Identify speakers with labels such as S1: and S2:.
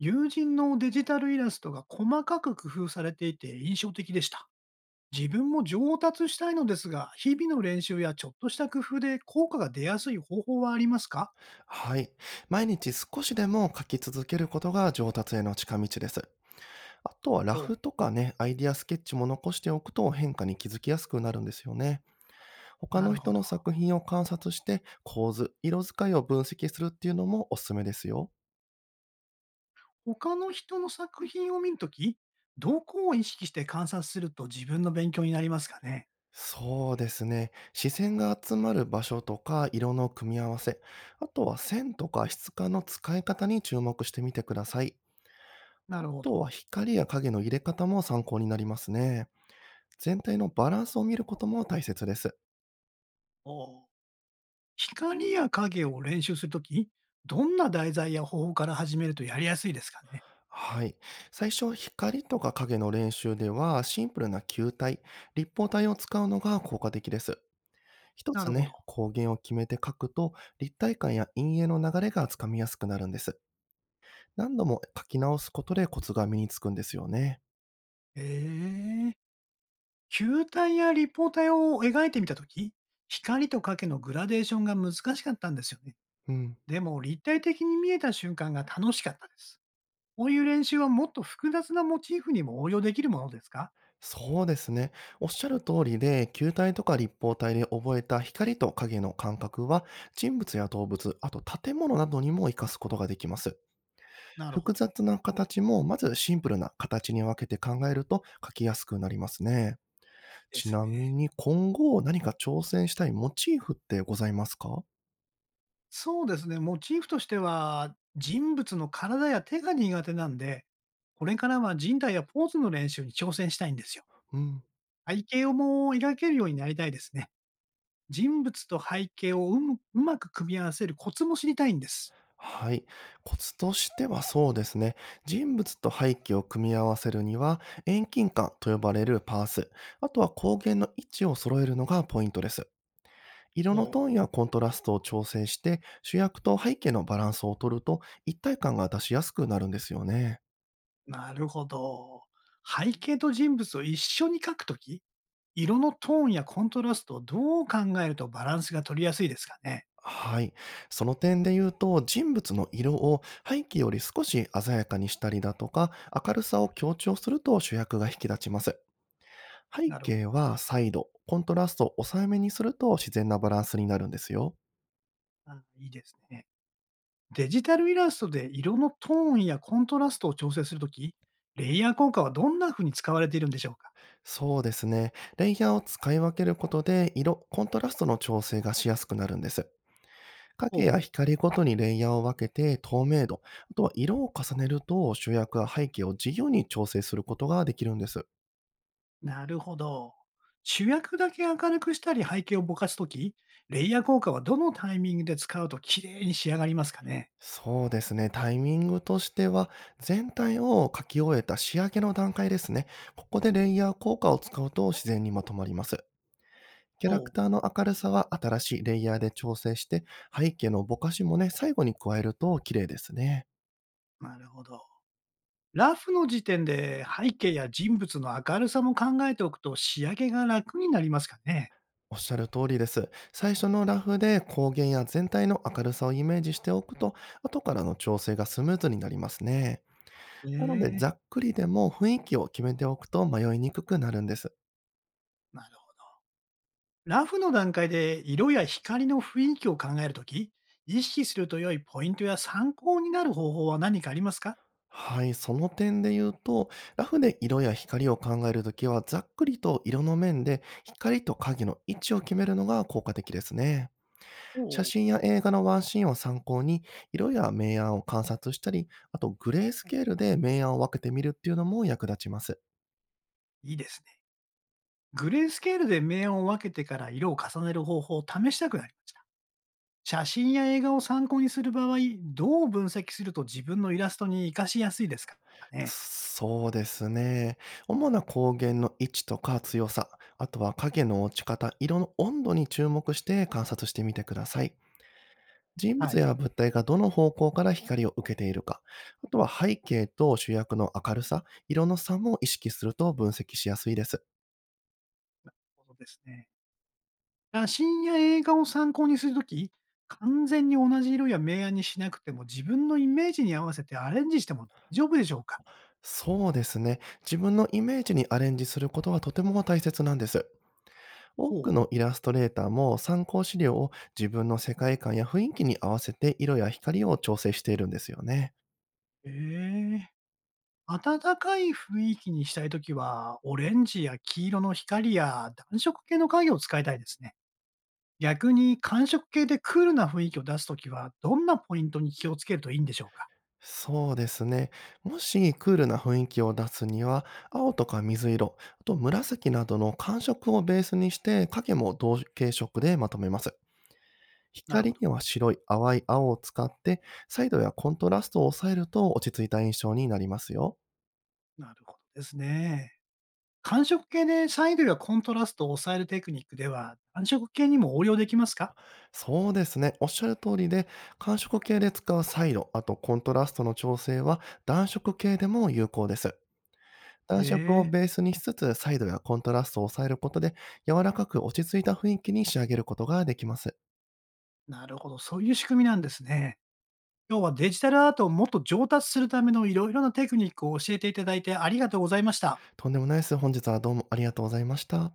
S1: 友人のデジタルイラストが細かく工夫されていて印象的でした。自分も上達したいのですが、日々の練習やちょっとした工夫で効果が出やすい方法はありますか？
S2: はい。毎日少しでも書き続けることが上達への近道です。あとはラ
S1: と、
S2: フとかね、アイディアスケッチも残しておくと変化に気づきやすくなるんですよね。他
S1: な
S2: の
S1: るほ
S2: 人
S1: ど。
S2: の作品を観察して構図、色使いを分析するっていうのもおすすめですよ。
S1: 他の人の作品を見るとき、どこを意識して観察すると自分の勉強になりますかね？
S2: そうですね。視線が集まる場所とか色の組み合わせ、あとは線とか質感の使い方に注目してみてください。
S1: な
S2: あ
S1: るほど。
S2: とは光や影の入れ方も参考になりますね。全体のバランスを見ることも大切です。
S1: おう、光や影を練習するとき、どんな題材や方法から始めるとやりやすいですかね？
S2: はい。最初、光とか影の練習では、シンプルな球体、立方体を使うのが効果的です。一
S1: な
S2: つ
S1: るほど。
S2: ね、光源を決めて書くと、立体感や陰影の流れがつかみやすくなるんです。何度も書き直すことでコツが身につくんですよね。
S1: へえ。球体や立方体を描いてみたとき、光と影のグラデーションが難しかったんですよね。
S2: うん。
S1: でも立体的に見えた瞬間が楽しかったです。こういう練習はもっと複雑なモチーフにも応用できるものですか？
S2: そうですね。おっしゃる通りで、球体とか立方体で覚えた光と影の感覚は、人物や動物、あと建物などにも活かすことができます。
S1: なるほ
S2: 複
S1: ど。
S2: 雑な形も、まずシンプルな形に分けて考えると書きやすくなりますね。
S1: で
S2: ち
S1: す
S2: なみ
S1: ね。
S2: に今後何か挑戦したいモチーフってございますか？
S1: そうですね。モチーフとしては、人物の体や手が苦手なんで、これからは人体やポーズの練習に挑戦したいんですよ。
S2: うん。
S1: 背景をもう描けるようになりたいですね。人物と背景をうまく組み合わせるコツも知りたいんです。
S2: はい。コツとしてはそうですね。人物と背景を組み合わせるには、遠近感と呼ばれるパース、あとは光源の位置を揃えるのがポイントです。色の
S1: お、
S2: トーンやコントラストを調整して、主役と背景のバランスを取ると一体感が出しやすくなるんですよね。
S1: なるほど。背景と人物を一緒に描くとき、色のトーンやコントラストをどう考えるとバランスが取りやすいですかね？
S2: はい。その点で言うと、人物の色を背景より少し鮮やかにしたりだとか、明るさを強調すると主役が引き立ちます。背
S1: なるほど。
S2: 景は再度コントラストを抑えめにすると自然なバランスになるんですよ。
S1: あ、いいですね。デジタルイラストで色のトーンやコントラストを調整するとき、レイヤー効果はどんな風に使われているんでしょうか？
S2: そうですね。レイヤーを使い分けることで、色、コントラストの調整がしやすくなるんです。
S1: お、
S2: 影
S1: う。
S2: や光ごとにレイヤーを分けて、透明度、あとは色を重ねると主役は背景を自由に調整することができるんです。
S1: なるほど。主役だけ明るくしたり背景をぼかすとき、レイヤー効果はどのタイミングで使うと綺麗に仕上がりますかね？
S2: そうですね。タイミングとしては、全体を書き終えた仕上げの段階ですね。ここでレイヤー効果を使うと自然にまとまります。キャラ
S1: お、
S2: ク
S1: う。
S2: ターの明るさは新しいレイヤーで調整して、背景のぼかしもね、最後に加えると綺麗ですね。
S1: なるほど。ラフの時点で背景や人物の明るさも考えておくと仕上げが楽になりますかね。
S2: おっしゃる通りです。最初のラフで光源や全体の明るさをイメージしておくと、後からの調整がスムーズになりますね。なので、
S1: ええ、
S2: ざっくりでも雰囲気を決めておくと迷いにくくなるんです。
S1: なるほど。ラフの段階で色や光の雰囲気を考えるとき、意識すると良いポイントや参考になる方法は何かありますか？
S2: はい、その点で言うと、ラフで色や光を考えるときは、ざっくりと色の面で光と影の位置を決めるのが効果的ですね。
S1: お
S2: 写
S1: お、
S2: 真や映画のワンシーンを参考に、色や明暗を観察したり、あとグレースケールで明暗を分けてみるっていうのも役立ちます。
S1: いいですね。グレースケールで明暗を分けてから色を重ねる方法を試したくなりました。写真や映画を参考にする場合、どう分析すると自分のイラストに活かしやすいですかね。
S2: そうですね。主な光源の位置とか強さ、あとは影の落ち方、色の温度に注目して観察してみてください。人
S1: は
S2: 物
S1: い。
S2: や物体がどの方向から光を受けているか、あとは背景と主役の明るさ、色の差も意識すると分析しやすいです。
S1: そうですね。写真や映画を参考にするとき、完全に同じ色や明暗にしなくても自分のイメージに合わせてアレンジしても大丈夫でしょうか？
S2: そうですね。自分のイメージにアレンジすることはとても大切なんです。多
S1: ほ
S2: く
S1: う。
S2: のイラストレーターも参考資料を自分の世界観や雰囲気に合わせて色や光を調整しているんですよね。
S1: へえ。暖かい雰囲気にしたいときは、オレンジや黄色の光や暖色系の影を使いたいですね。逆に寒色系でクールな雰囲気を出すときは、どんなポイントに気をつけるといいんでしょうか？
S2: そうですね。もしクールな雰囲気を出すには、青とか水色、あと紫などの寒色をベースにして、影も同系色でまとめます。
S1: なるほ
S2: 光
S1: ど。
S2: には白い淡い青を使って、サイドやコントラストを抑えると落ち着いた印象になりますよ。
S1: なるほどですね。寒色系でサイドやコントラストを抑えるテクニックでは、暖色系にも応用できますか？
S2: そうですね。おっしゃる通りで、寒色系で使うサイド、あとコントラストの調整は暖色系でも有効です。
S1: へ
S2: 暖色を
S1: え、
S2: ベースにしつつ、彩度やコントラストを抑えることで、柔らかく落ち着いた雰囲気に仕上げることができます。
S1: なるほど。そういう仕組みなんですね。今日はデジタルアートをもっと上達するためのいろいろなテクニックを教えていただいてありがとうございました。
S2: とんでもないです。本日はどうもありがとうございました。